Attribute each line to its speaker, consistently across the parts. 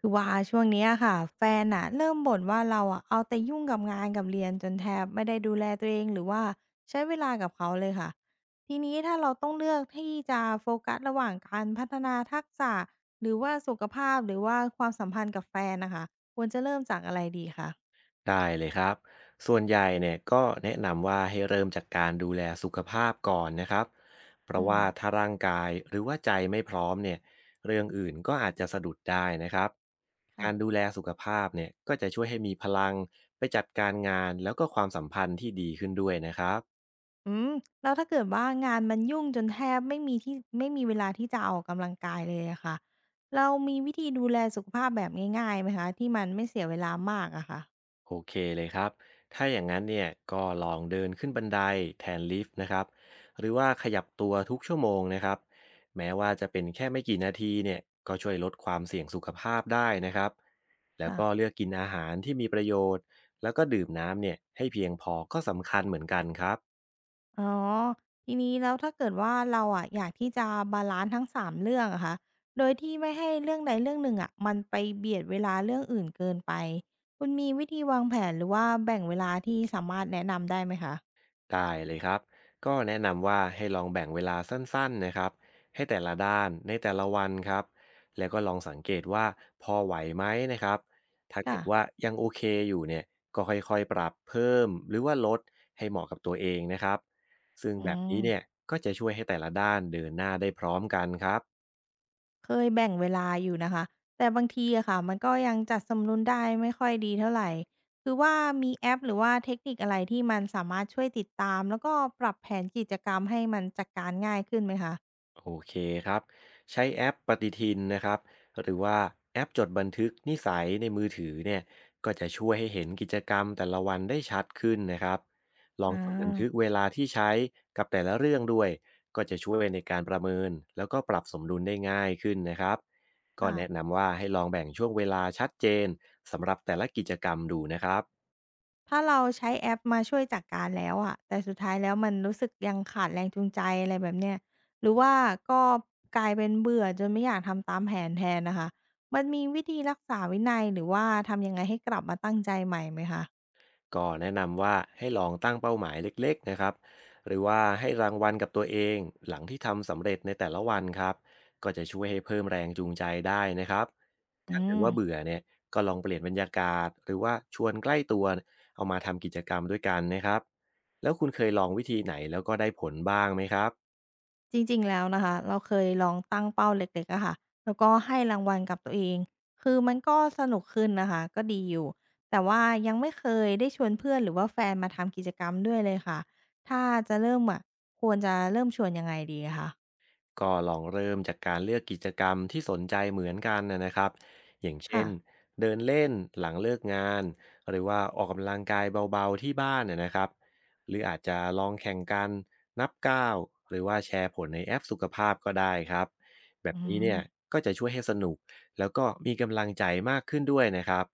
Speaker 1: คือว่าช่วงเนี้ยค่ะแฟนน่ะเริ่มบ่นว่าเราอะเอาแต่ยุ่งกับงานกับเรียนจนแทบไม่ได้ดูแลตัวเองหรือว่าใช้เวลากับเขาเลยค่ะทีนี้ถ้าเราต้องเลือกที่จะโฟกัสระหว่างการพัฒนาทักษะหรือว่าสุขภาพหรือว่าความสัมพันธ์กับแฟนนะคะควรจะเริ่มจากอะไรดีคะ
Speaker 2: ได้เลยครับส่วนใหญ่เนี่ยก็แนะนำว่าให้เริ่มจากการดูแลสุขภาพก่อนนะครับเพราะ
Speaker 1: อืม
Speaker 2: ว่าถ้าร่างกายหรือว่าใจไม่พร้อมเนี่ยเรื่องอื่นก็อาจจะสะดุดได้นะครับ
Speaker 1: ค่ะ
Speaker 2: การดูแลสุขภาพเนี่ยก็จะช่วยให้มีพลังไปจัดการงานแล้วก็ความสัมพันธ์ที่ดีขึ้นด้วยนะครับ
Speaker 1: อืมแล้วถ้าเกิดว่างานมันยุ่งจนแทบไม่มีที่ไม่มีเวลาที่จะออกกำลังกายเลยอะค่ะเรามีวิธีดูแลสุขภาพแบบง่ายๆไหมคะที่มันไม่เสียเวลามากอะค่ะ
Speaker 2: โอเคเลยครับ ถ้าอย่างนั้นเนี่ยก็ลองเดินขึ้นบันไดแทนลิฟต์นะครับ หรือว่าขยับตัวทุกชั่วโมงนะครับ แม้ว่าจะเป็นแค่ไม่กี่นาทีเนี่ยก็ช่วยลดความเสี่ยงสุขภาพได้นะครับ แล้ว
Speaker 1: ค่ะ
Speaker 2: ก็เลือกกินอาหารที่มีประโยชน์ แล้วก็ดื่มน้ำเนี่ยให้เพียงพอก็สำคัญเหมือนกันครับ
Speaker 1: อ๋อทีนี้แล้วถ้าเกิดว่าเราอะอยากที่จะบาลันซ์ทั้ง3เรื่องอะคะโดยที่ไม่ให้เรื่องใดเรื่องหนึ่งอะมันไปเบียดเวลาเรื่องอื่นเกินไปคุณมีวิธีวางแผนหรือว่าแบ่งเวลาที่สามารถแนะนำได้ไหมคะ
Speaker 2: ได้เลยครับก็แนะนำว่าให้ลองแบ่งเวลาสั้นๆนะครับให้แต่ละด้านในแต่ละวันครับแล้วก็ลองสังเกตว่าพอไหวไหมนะครับถ้าเกิ
Speaker 1: ค่ะ
Speaker 2: ดว่ายังโอเคอยู่เนี่ยก็ค่อยๆปรับเพิ่มหรือว่าลดให้เหมาะกับตัวเองนะครับซึ่ง
Speaker 1: อื
Speaker 2: แบบ
Speaker 1: ม
Speaker 2: นี้เนี่ยก็จะช่วยให้แต่ละด้านเดินหน้าได้พร้อมกันครับ
Speaker 1: เคยแบ่งเวลาอยู่นะคะแต่บางทีอะค่ะมันก็ยังจัดสมดุลได้ไม่ค่อยดีเท่าไรคือว่ามีแอปหรือว่าเทคนิคอะไรที่มันสามารถช่วยติดตามแล้วก็ปรับแผนกิจกรรมให้มันจัดการง่ายขึ้นไหมคะ
Speaker 2: โอเคครับใช้แอปปฏิทินนะครับหรือว่าแอปจดบันทึกนิสัยในมือถือเนี่ยก็จะช่วยให้เห็นกิจกรรมแต่ละวันได้ชัดขึ้นนะครับลองจดบันทึก
Speaker 1: อา
Speaker 2: เวลาที่ใช้กับแต่ละเรื่องด้วยก็จะช่วยในการประเมินแล้วก็ปรับสมดุลได้ง่ายขึ้นนะครับก็
Speaker 1: ค่ะ
Speaker 2: แนะนำว่าให้ลองแบ่งช่วงเวลาชัดเจนสำหรับแต่ละกิจกรรมดูนะครับ
Speaker 1: ถ้าเราใช้แอปมาช่วยจัดการแล้วอะแต่สุดท้ายแล้วมันรู้สึกยังขาดแรงจูงใจอะไรแบบเนี้ยหรือว่าก็กลายเป็นเบื่อจนไม่อยากทำตามแผนแทนน่ะค่ะมันมีวิธีรักษาวินัยหรือว่าทำยังไงให้กลับมาตั้งใจใหม่ไหมคะ
Speaker 2: ก็แนะนำว่าให้ลองตั้งเป้าหมายเล็กๆนะครับหรือว่าให้รางวัลกับตัวเองหลังที่ทำสำเร็จในแต่ละวันครับก็จะช่วยให้เพิ่มแรงจูงใจได้นะครับ
Speaker 1: อื
Speaker 2: ถ้าเกิด
Speaker 1: ม
Speaker 2: ว่าเบื่อเนี่ยก็ลองเปลี่ยนบรรยากาศหรือว่าชวนใกล้ตัวเอามาทำกิจกรรมด้วยกันนะครับแล้วคุณเคยลองวิธีไหนแล้วก็ได้ผลบ้างไหมครับ
Speaker 1: จริงๆแล้วนะคะเราเคยลองตั้งเป้าเล็กๆอะค่ะแล้วก็ให้รางวัลกับตัวเองคือมันก็สนุกขึ้นนะคะก็ดีอยู่แต่ว่ายังไม่เคยได้ชวนเพื่อนหรือว่าแฟนมาทำกิจกรรมด้วยเลยค่ะถ้าจะเริ่มอะควรจะเริ่มชวนยังไงดีอะคะ
Speaker 2: ก็ลองเริ่มจากการเลือกกิจกรรมที่สนใจเหมือนกันนะครับอย่างเช่
Speaker 1: ค่ะ
Speaker 2: นเดินเล่นหลังเลิกงานหรือว่าออกกำลังกายเบาๆที่บ้านนะครับหรืออาจจะลองแข่งกันนับก้าวหรือว่าแชร์ผลในแอปสุขภาพก็ได้ครับแบบ
Speaker 1: อื
Speaker 2: นี้เนี่ย
Speaker 1: ม
Speaker 2: ก็จะช่วยให้สนุกแล้วก็มีกำลังใจมากขึ้นด้วยนะครับ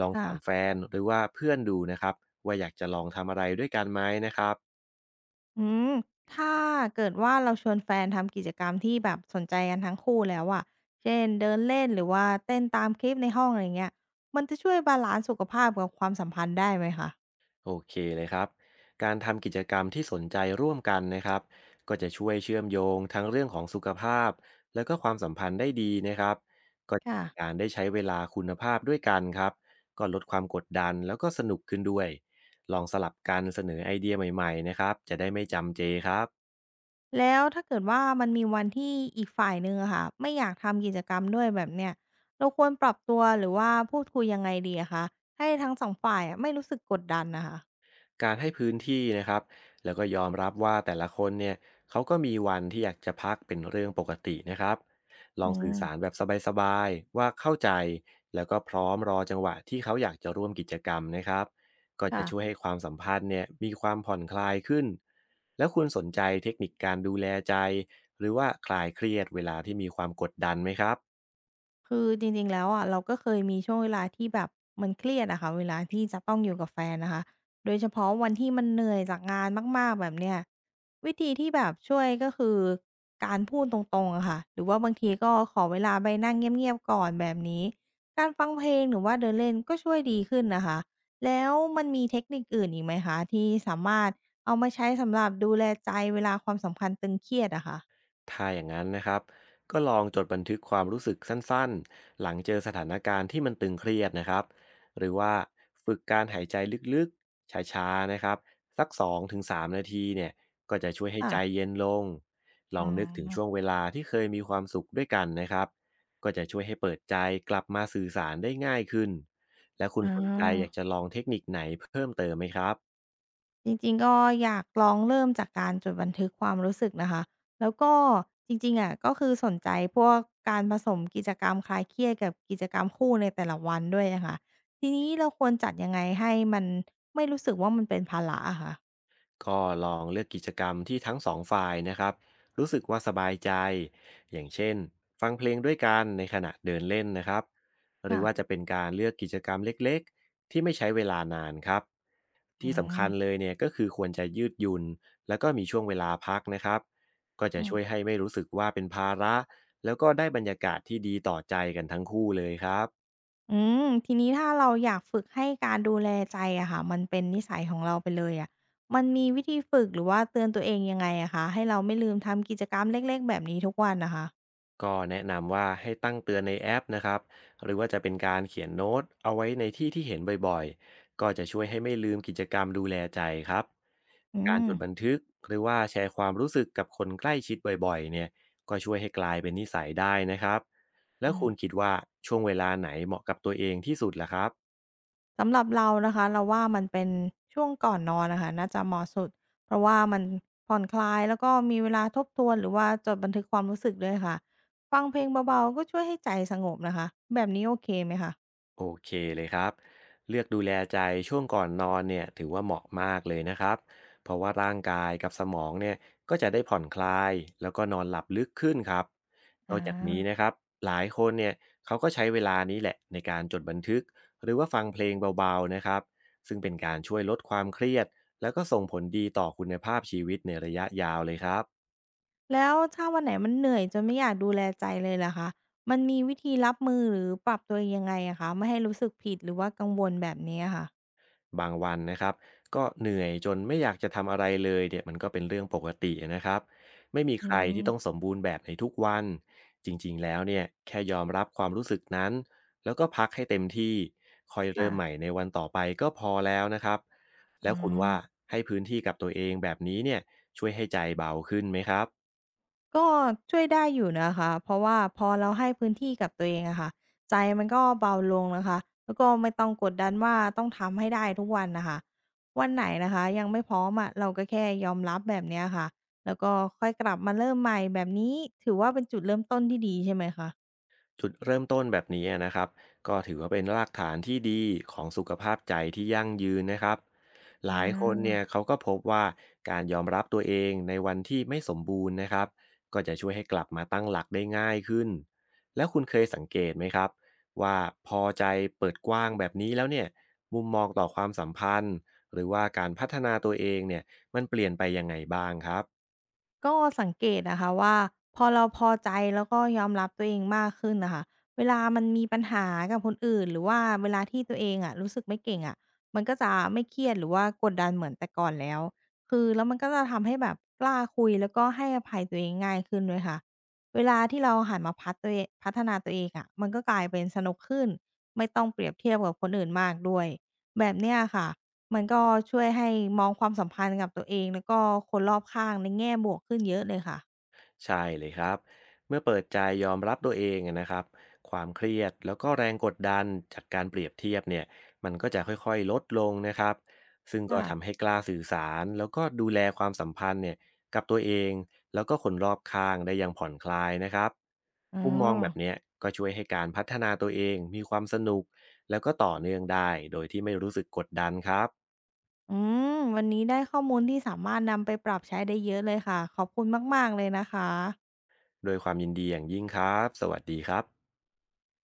Speaker 2: ลอง
Speaker 1: ค่ะ
Speaker 2: ถามแฟนหรือว่าเพื่อนดูนะครับว่าอยากจะลองทำอะไรด้วยกันไหมนะครับ
Speaker 1: อืมถ้าเกิดว่าเราชวนแฟนทำกิจกรรมที่แบบสนใจกันทั้งคู่แล้วอะเช่นเดินเล่นหรือว่าเต้นตามคลิปในห้องอะไรอย่างเงี้ยมันจะช่วยบาลันซ์สุขภาพกับความสัมพันธ์ได้ไหมคะ
Speaker 2: โอเคเลยครับ การทำกิจกรรมที่สนใจร่วมกันนะครับก็จะช่วยเชื่อมโยงทั้งเรื่องของสุขภาพแล้วก็ความสัมพันธ์ได้ดีนะครับก็
Speaker 1: ค่ะ
Speaker 2: การได้ใช้เวลาคุณภาพด้วยกันครับก็ลดความกดดันแล้วก็สนุกขึ้นด้วยลองสลับกันเสนอไอเดียใหม่ๆนะครับจะได้ไม่จำเจครับ
Speaker 1: แล้วถ้าเกิดว่ามันมีวันที่อีกฝ่ายหนึ่งอะค่ะไม่อยากทำกิจกรรมด้วยแบบเนี้ยเราควรปรับตัวหรือว่าพูดคุยยังไงดีอะคะให้ทั้งสองฝ่ายอะไม่รู้สึกกดดันนะคะ
Speaker 2: การให้พื้นที่นะครับแล้วก็ยอมรับว่าแต่ละคนเนี่ยเขาก็มีวันที่อยากจะพักเป็นเรื่องปกตินะครับลอ
Speaker 1: อื
Speaker 2: งสื่
Speaker 1: ม
Speaker 2: อสารแบบสบายๆว่าเข้าใจแล้วก็พร้อมรอจังหวะที่เขาอยากจะร่วมกิจกรรมนะครับก็จะ
Speaker 1: ค่ะ
Speaker 2: ช่วยให้ความสัมพันธ์เนี่ยมีความผ่อนคลายขึ้น แล้วคุณสนใจเทคนิคการดูแลใจหรือว่าคลายเครียดเวลาที่มีความกดดันไหมครับ
Speaker 1: คือจริงๆแล้วอะเราก็เคยมีช่วงเวลาที่แบบมันเครียดอะค่ะเวลาที่จะต้องอยู่กับแฟนนะคะโดยเฉพาะวันที่มันเหนื่อยจากงานมากๆแบบเนี้ยวิธีที่แบบช่วยก็คือการพูดตรงๆอะค่ะหรือว่าบางทีก็ขอเวลาไปนั่งเงียบๆก่อนแบบนี้การฟังเพลงหรือว่าเดินเล่นก็ช่วยดีขึ้นนะคะแล้วมันมีเทคนิคอื่นอีกไหมคะที่สามารถเอามาใช้สำหรับดูแลใจเวลาความสัมพันธ์ตึงเครียดอะค่ะ
Speaker 2: ถ้าอย่างนั้นนะครับก็ลองจดบันทึกความรู้สึกสั้นๆ หลังเจอสถานการณ์ที่มันตึงเครียดนะครับหรือว่าฝึกการหายใจลึกๆช้าๆนะครับสัก2-3นาทีเนี่ยก็จะช่วยให้
Speaker 1: ค่ะ
Speaker 2: ใจเย็นลง ล
Speaker 1: อ๋
Speaker 2: อ
Speaker 1: อ
Speaker 2: งนึกถึงช่วงเวลาที่เคยมีความสุขด้วยกันนะครับก็จะช่วยให้เปิดใจกลับมาสื่อสารได้ง่ายขึ้น และคุณ
Speaker 1: อา
Speaker 2: สนใจอยากจะลองเทคนิคไหนเพิ่มเติมไหมครับ
Speaker 1: จริงๆก็อยากลองเริ่มจากการจดบันทึกความรู้สึกนะคะแล้วก็จริงๆอะก็คือสนใจพวกการผสมกิจกรรมคลายเครียดกับกิจกรรมคู่ในแต่ละวันด้วยอะค่ะทีนี้เราควรจัดยังไงให้มันไม่รู้สึกว่ามันเป็นภาระอะคะ
Speaker 2: ก็ลองเลือกกิจกรรมที่ทั้งสองฝ่ายนะครับรู้สึกว่าสบายใจอย่างเช่นฟังเพลงด้วยกันในขณะเดินเล่นนะครับหรือ
Speaker 1: ค่ะ
Speaker 2: ว่าจะเป็นการเลือกกิจกรรมเล็กๆที่ไม่ใช้เวลานานครับ
Speaker 1: อื
Speaker 2: ที่สำคัญเล
Speaker 1: ม
Speaker 2: ยเนี่ยก็คือควรจะยืดหยุ่นแล้วก็มีช่วงเวลาพักนะครับก็จะ
Speaker 1: อื
Speaker 2: ช่วย
Speaker 1: ม
Speaker 2: ให้ไม่รู้สึกว่าเป็นภาระแล้วก็ได้บรรยากาศที่ดีต่อใจกันทั้งคู่เลยครับ
Speaker 1: อืมทีนี้ถ้าเราอยากฝึกให้การดูแลใจอะค่ะมันเป็นนิสัยของเราไปเลยอะมันมีวิธีฝึกหรือว่าเตือนตัวเองยังไงอะคะให้เราไม่ลืมทำกิจกรรมเล็กๆแบบนี้ทุกวันน่ะค่ะ
Speaker 2: ก็แนะนำว่าให้ตั้งเตือนในแอปนะครับหรือว่าจะเป็นการเขียนโน้ตเอาไว้ในที่ที่เห็นบ่อยๆก็จะช่วยให้ไม่ลืมกิจกรรมดูแลใจครับ
Speaker 1: อื
Speaker 2: การ
Speaker 1: ม
Speaker 2: จดบันทึกหรือว่าแชร์ความรู้สึกกับคนใกล้ชิดบ่อยๆเนี่ยก็ช่วยให้กลายเป็นนิสัยได้นะครับแล้ว
Speaker 1: อืม
Speaker 2: คุณคิดว่าช่วงเวลาไหนเหมาะกับตัวเองที่สุดล่ะครับ
Speaker 1: สำหรับเรานะคะเราว่ามันเป็นช่วงก่อนนอนนะคะน่าจะเหมาะสุดเพราะว่ามันผ่อนคลายแล้วก็มีเวลาทบทวนหรือว่าจดบันทึกความรู้สึกด้วยค่ะฟังเพลงเบาๆก็ช่วยให้ใจสงบนะคะแบบนี้โอเคไหมคะ
Speaker 2: โอเคเลยครับเลือกดูแลใจช่วงก่อนนอนเนี่ยถือว่าเหมาะมากเลยนะครับเพราะว่าร่างกายกับสมองเนี่ยก็จะได้ผ่อนคลายแล้วก็นอนหลับลึกขึ้นครับน
Speaker 1: อ
Speaker 2: อกจากนี้
Speaker 1: า
Speaker 2: นะครับหลายคนเนี่ยเขาก็ใช้เวลานี้แหละในการจดบันทึกหรือว่าฟังเพลงเบาๆนะครับซึ่งเป็นการช่วยลดความเครียดแล้วก็ส่งผลดีต่อคุณภาพชีวิตในระยะยาวเลยครับ
Speaker 1: แล้วถ้าวันไหนมันเหนื่อยจนไม่อยากดูแลใจเลยล่ะคะมันมีวิธีรับมือหรือปรับตัวเองยังไงอะคะไม่ให้รู้สึกผิดหรือว่ากังวลแบบนี้อะค่ะ
Speaker 2: บางวันนะครับก็เหนื่อยจนไม่อยากจะทำอะไรเลยเนี่ยมันก็เป็นเรื่องปกตินะครับไม่มี
Speaker 1: อื
Speaker 2: ใครที่ต้องส
Speaker 1: ม
Speaker 2: มบูรณ์แบบในทุกวันจริงๆแล้วเนี่ยแค่ยอมรับความรู้สึกนั้นแล้วก็พักให้เต็มที่คอยเริ่
Speaker 1: ค่ะ
Speaker 2: มใหม่ในวันต่อไปก็พอแล้วนะครับแล้
Speaker 1: อ๋อ
Speaker 2: วคุณว่าให้พื้นที่กับตัวเองแบบนี้เนี่ยช่วยให้ใจเบาขึ้นไหมครับ
Speaker 1: ก็ช่วยได้อยู่นะคะเพราะว่าพอเราให้พื้นที่กับตัวเองอะค่ะใจมันก็เบาลงนะคะ แล้วก็ไม่ต้องกดดันว่าต้องทำให้ได้ทุกวันนะคะ วันไหนนะคะยังไม่พร้อมอะเราก็แค่ยอมรับแบบเนี้ยค่ะ แล้วก็ค่อยกลับมาเริ่มใหม่แบบนี้ถือว่าเป็นจุดเริ่มต้นที่ดีใช่ไหมคะ
Speaker 2: จุดเริ่มต้นแบบนี้นะครับก็ถือว่าเป็นรากฐานที่ดีของสุขภาพใจที่ยั่งยืนนะครับหลายคนเนี่
Speaker 1: อา
Speaker 2: ยเขาก็พบว่าการยอมรับตัวเองในวันที่ไม่สมบูรณ์นะครับก็จะช่วยให้กลับมาตั้งหลักได้ง่ายขึ้นแล้วคุณเคยสังเกตไหมครับว่าพอใจเปิดกว้างแบบนี้แล้วเนี่ยมุมมองต่อความสัมพันธ์หรือว่าการพัฒนาตัวเองเนี่ยมันเปลี่ยนไปยังไงบ้างครับ
Speaker 1: ก็สังเกตนะคะว่าพอเราพอใจแล้วก็ยอมรับตัวเองมากขึ้นนะคะเวลามันมีปัญหากับคนอื่นหรือว่าเวลาที่ตัวเองอะรู้สึกไม่เก่งอะมันก็จะไม่เครียดหรือว่ากดดันเหมือนแต่ก่อนแล้วคือแล้วมันก็จะทำให้แบบกล้าคุยแล้วก็ให้อภัยตัวเองง่ายขึ้นด้วยค่ะเวลาที่เราหันมาพัฒนาตัวเองอะมันก็กลายเป็นสนุกขึ้นไม่ต้องเปรียบเทียบกับคนอื่นมากด้วยแบบเนี้ยค่ะ มันก็ช่วยให้มองความสัมพันธ์กับตัวเองแล้วก็คนรอบข้างในแง่บวกขึ้นเยอะเลยค่ะ
Speaker 2: ใช่เลยครับเมื่อเปิดใจยอมรับตัวเองนะครับความเครียดแล้วก็แรงกดดันจากการเปรียบเทียบเนี่ยมันก็จะค่อยๆลดลงนะครับซึ่งก็
Speaker 1: ค่ะ
Speaker 2: ทำให้กล้าสื่อสารแล้วก็ดูแลความสัมพันธ์เนี่ยกับตัวเองแล้วก็คนรอบข้างได้อย่างผ่อนคลายนะครับ
Speaker 1: อ๋อ
Speaker 2: มุมมองแบบเนี้ยก็ช่วยให้การพัฒนาตัวเองมีความสนุกแล้วก็ต่อเนื่องได้โดยที่ไม่รู้สึกกดดันครับ
Speaker 1: อืมวันนี้ได้ข้อมูลที่สามารถนำไปปรับใช้ได้เยอะเลยค่ะขอบคุณมากๆเลยนะคะ
Speaker 2: โดยความยินดีอย่างยิ่งครับสวัสดีครับ